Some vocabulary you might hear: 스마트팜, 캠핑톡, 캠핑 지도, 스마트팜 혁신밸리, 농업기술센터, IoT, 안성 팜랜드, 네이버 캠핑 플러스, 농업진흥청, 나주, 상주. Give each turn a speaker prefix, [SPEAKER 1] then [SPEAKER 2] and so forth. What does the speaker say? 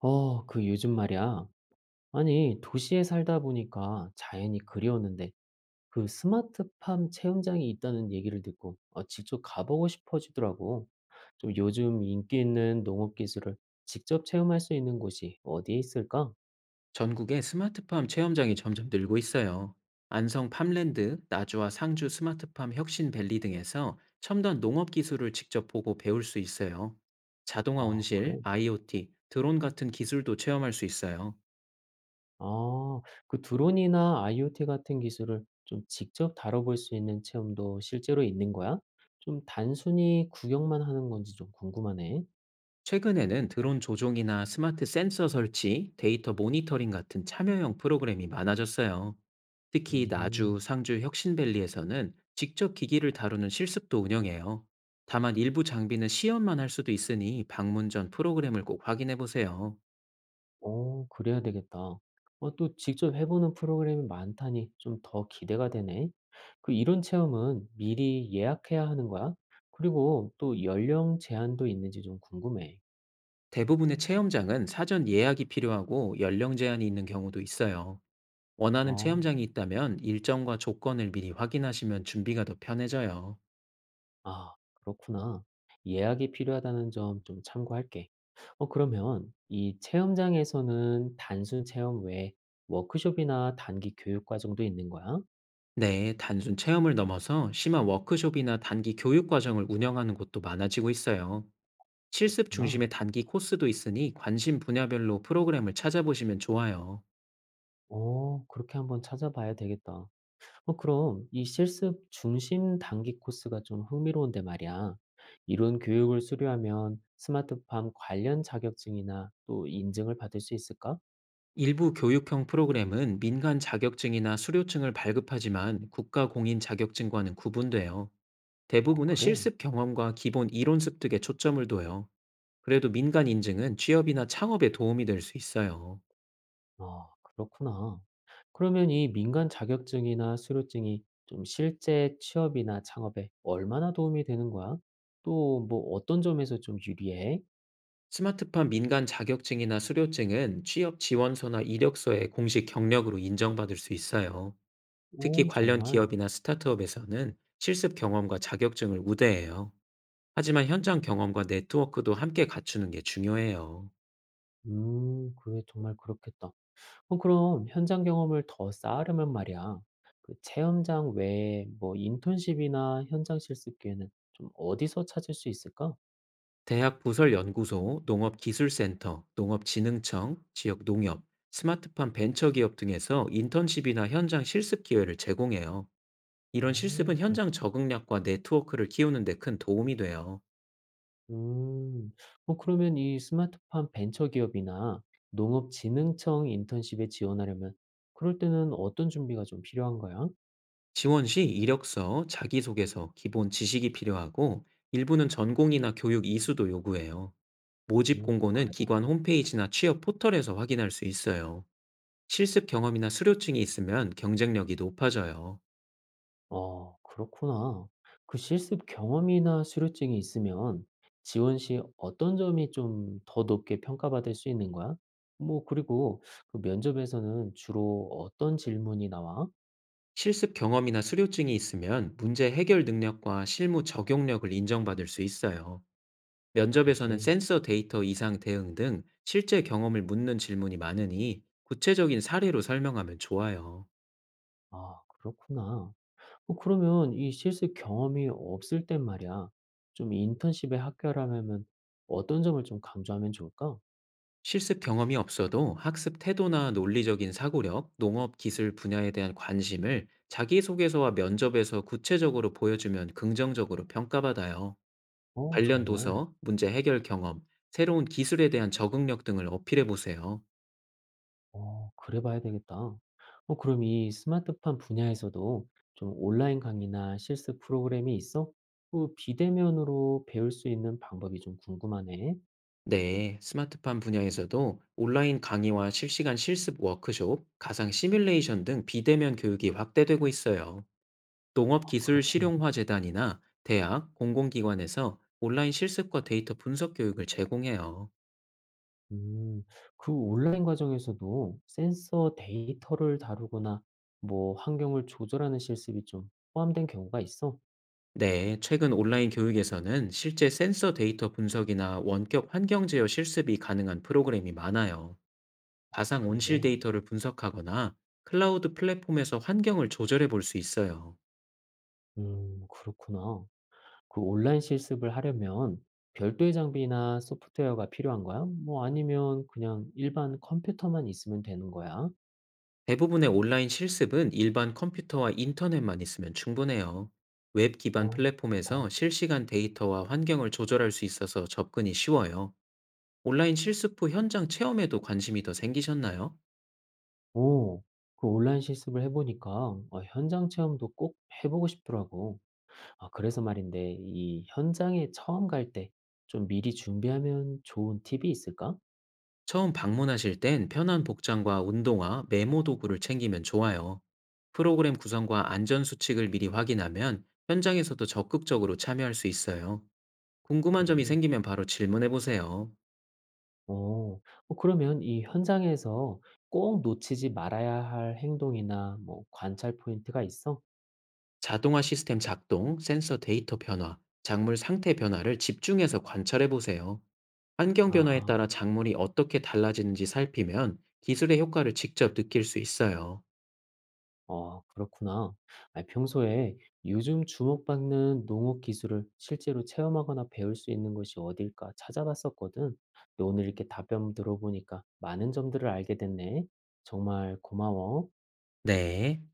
[SPEAKER 1] 그 요즘 말이야. 아니, 도시에 살다 보니까 자연이 그리웠는데 그 스마트팜 체험장이 있다는 얘기를 듣고 직접 가보고 싶어지더라고. 좀 요즘 인기 있는 농업 기술을 직접 체험할 수 있는 곳이 어디에 있을까?
[SPEAKER 2] 전국의 스마트팜 체험장이 점점 늘고 있어요. 안성 팜랜드, 나주와 상주 스마트팜 혁신밸리 등에서 첨단 농업 기술을 직접 보고 배울 수 있어요. 자동화
[SPEAKER 1] 아,
[SPEAKER 2] 온실,
[SPEAKER 1] 그래?
[SPEAKER 2] IoT, 드론 같은 기술도 체험할 수 있어요.
[SPEAKER 1] 아, 그 드론이나 IoT 같은 기술을 좀 직접 다뤄볼 수 있는 체험도 실제로 있는 거야? 좀 단순히 구경만 하는 건지 좀 궁금하네.
[SPEAKER 2] 최근에는 드론 조종이나 스마트 센서 설치, 데이터 모니터링 같은 참여형 프로그램이 많아졌어요. 특히
[SPEAKER 1] 음
[SPEAKER 2] 나주, 상주, 혁신밸리에서는 직접 기기를 다루는 실습도 운영해요. 다만 일부 장비는 시연만 할 수도 있으니 방문 전 프로그램을 꼭 확인해 보세요.
[SPEAKER 1] 어 그래야 되겠다. 어 또 직접 해 보는 프로그램이 많다니 좀 더 기대가 되네. 그 이런 체험은 미리 예약해야 하는 거야? 그리고 또 연령 제한도 있는지 좀 궁금해.
[SPEAKER 2] 대부분의 체험장은 사전 예약이 필요하고 연령 제한이 있는 경우도 있어요. 원하는
[SPEAKER 1] 어.
[SPEAKER 2] 체험장이 있다면 일정과 조건을 미리 확인하시면 준비가 더 편해져요.
[SPEAKER 1] 아 그렇구나. 예약이 필요하다는 점 좀 참고할게. 어 그러면 이 체험장에서는 단순 체험 외에 워크숍이나 단기 교육 과정도 있는 거야?
[SPEAKER 2] 네, 단순 체험을 넘어서 심한 워크숍이나 단기 교육 과정을 운영하는 곳도 많아지고 있어요. 실습
[SPEAKER 1] 그렇구나.
[SPEAKER 2] 중심의 단기 코스도 있으니 관심 분야별로 프로그램을 찾아보시면 좋아요.
[SPEAKER 1] 어 그렇게 한번 찾아봐야 되겠다. 어 그럼 이 실습 중심 단기 코스가 좀 흥미로운데 말이야. 이런 교육을 수료하면 스마트팜 관련 자격증이나 또 인증을 받을 수 있을까?
[SPEAKER 2] 일부 교육형 프로그램은 민간 자격증이나 수료증을 발급하지만 국가 공인 자격증과는 구분돼요.
[SPEAKER 1] 어,
[SPEAKER 2] 대부분은
[SPEAKER 1] 그래.
[SPEAKER 2] 실습 경험과 기본 이론 습득에 초점을 둬요. 그래도 민간 인증은 취업이나 창업에 도움이 될 수 있어요.
[SPEAKER 1] 아, 그렇구나. 그러면 이 민간 자격증이나 수료증이 좀 실제 취업이나 창업에 얼마나 도움이 되는 거야? 또 뭐 어떤 점에서 좀 유리해?
[SPEAKER 2] 스마트팜 민간 자격증이나 수료증은 취업 지원서나 이력서에 공식 경력으로 인정받을 수 있어요. 특히
[SPEAKER 1] 오,
[SPEAKER 2] 관련
[SPEAKER 1] 정말.
[SPEAKER 2] 기업이나 스타트업에서는 실습 경험과 자격증을 우대해요. 하지만 현장 경험과 네트워크도 함께 갖추는 게 중요해요.
[SPEAKER 1] 그게 정말 그렇겠다. 어 그럼 현장 경험을 더 쌓으려면 말이야. 그 체험장 외에 뭐 인턴십이나 현장 실습 기회는 좀 어디서 찾을 수 있을까?
[SPEAKER 2] 대학 부설연구소, 농업기술센터, 농업진흥청, 지역 농협, 스마트팜 벤처기업 등에서 인턴십이나 현장 실습 기회를 제공해요. 이런
[SPEAKER 1] 어
[SPEAKER 2] 실습은
[SPEAKER 1] 그래.
[SPEAKER 2] 현장 적응력과 네트워크를 키우는 데 큰 도움이 돼요.
[SPEAKER 1] 음. 어 그러면 이 스마트팜 벤처 기업이나 농업진흥청 인턴십에 지원하려면 그럴 때는 어떤 준비가 좀 필요한 거야?
[SPEAKER 2] 지원 시 이력서, 자기소개서, 기본 지식이 필요하고 일부는 전공이나 교육 이수도 요구해요. 모집 공고는
[SPEAKER 1] 그래.
[SPEAKER 2] 기관 홈페이지나 취업 포털에서 확인할 수 있어요. 실습 경험이나 수료증이 있으면 경쟁력이 높아져요.
[SPEAKER 1] 어, 그렇구나. 그 실습 경험이나 수료증이 있으면 지원 시 어떤 점이 좀 더 높게 평가받을 수 있는 거야? 뭐, 그리고 그 면접에서는 주로 어떤 질문이 나와?
[SPEAKER 2] 실습 경험이나 수료증이 있으면 문제 해결 능력과 실무 적용력을 인정받을 수 있어요. 면접에서는
[SPEAKER 1] 그래.
[SPEAKER 2] 센서 데이터 이상 대응 등 실제 경험을 묻는 질문이 많으니 구체적인 사례로 설명하면 좋아요.
[SPEAKER 1] 아, 그렇구나. 어, 그러면 이 실습 경험이 없을 땐 말이야. 좀 인턴십에 합격하려면 어떤 점을 좀 강조하면 좋을까?
[SPEAKER 2] 실습 경험이 없어도 학습 태도나 논리적인 사고력, 농업 기술 분야에 대한 관심을 자기소개서와 면접에서 구체적으로 보여주면 긍정적으로 평가받아요.
[SPEAKER 1] 어,
[SPEAKER 2] 관련
[SPEAKER 1] 정말.
[SPEAKER 2] 도서, 문제 해결 경험, 새로운 기술에 대한 적응력 등을 어필해 보세요.
[SPEAKER 1] 어 그래 봐야 되겠다. 어 그럼 이 스마트팜 분야에서도 좀 온라인 강의나 실습 프로그램이 있어? 그 비대면으로 배울 수 있는 방법이 좀 궁금하네.
[SPEAKER 2] 네, 스마트팜 분야에서도 온라인 강의와 실시간 실습 워크숍, 가상 시뮬레이션 등 비대면 교육이 확대되고 있어요.
[SPEAKER 1] 아 그렇구나.
[SPEAKER 2] 농업기술실용화재단이나 대학, 공공기관에서 온라인 실습과 데이터 분석 교육을 제공해요.
[SPEAKER 1] 음. 그 온라인 과정에서도 센서 데이터를 다루거나 뭐 환경을 조절하는 실습이 좀 포함된 경우가 있어?
[SPEAKER 2] 네, 최근 온라인 교육에서는 실제 센서 데이터 분석이나 원격 환경 제어 실습이 가능한 프로그램이 많아요. 가상 온실
[SPEAKER 1] 그래.
[SPEAKER 2] 데이터를 분석하거나 클라우드 플랫폼에서 환경을 조절해 볼 수 있어요.
[SPEAKER 1] 그렇구나. 그 온라인 실습을 하려면 별도의 장비나 소프트웨어가 필요한 거야? 뭐 아니면 그냥 일반 컴퓨터만 있으면 되는 거야?
[SPEAKER 2] 대부분의 온라인 실습은 일반 컴퓨터와 인터넷만 있으면 충분해요. 웹 기반
[SPEAKER 1] 어, 다.
[SPEAKER 2] 플랫폼에서 실시간 데이터와 환경을 조절할 수 있어서 접근이 쉬워요. 온라인 실습 후 현장 체험에도 관심이 더 생기셨나요?
[SPEAKER 1] 오, 그 온라인 실습을 해보니까 현장 체험도 꼭 해보고 싶더라고. 아, 그래서 말인데 이 현장에 처음 갈 때 좀 미리 준비하면 좋은 팁이 있을까?
[SPEAKER 2] 처음 방문하실 땐 편한 복장과 운동화, 메모 도구를 챙기면 좋아요. 프로그램 구성과 안전 수칙을 미리 확인하면 현장에서도 적극적으로 참여할 수 있어요. 궁금한 점이
[SPEAKER 1] 그래.
[SPEAKER 2] 생기면 바로 질문해 보세요.
[SPEAKER 1] 어, 그러면 이 현장에서 꼭 놓치지 말아야 할 행동이나 뭐 관찰 포인트가 있어?
[SPEAKER 2] 자동화 시스템 작동, 센서 데이터 변화, 작물 상태 변화를 집중해서 관찰해 보세요. 환경 변화에
[SPEAKER 1] 아하.
[SPEAKER 2] 따라 작물이 어떻게 달라지는지 살피면 기술의 효과를 직접 느낄 수 있어요.
[SPEAKER 1] 아 그렇구나. 아니 평소에 요즘 주목받는 농업 기술을 실제로 체험하거나 배울 수 있는 곳이 어딜까 찾아봤었거든. 근데 오늘 이렇게 답변 들어보니까 많은 점들을 알게 됐네. 정말 고마워.
[SPEAKER 2] 네.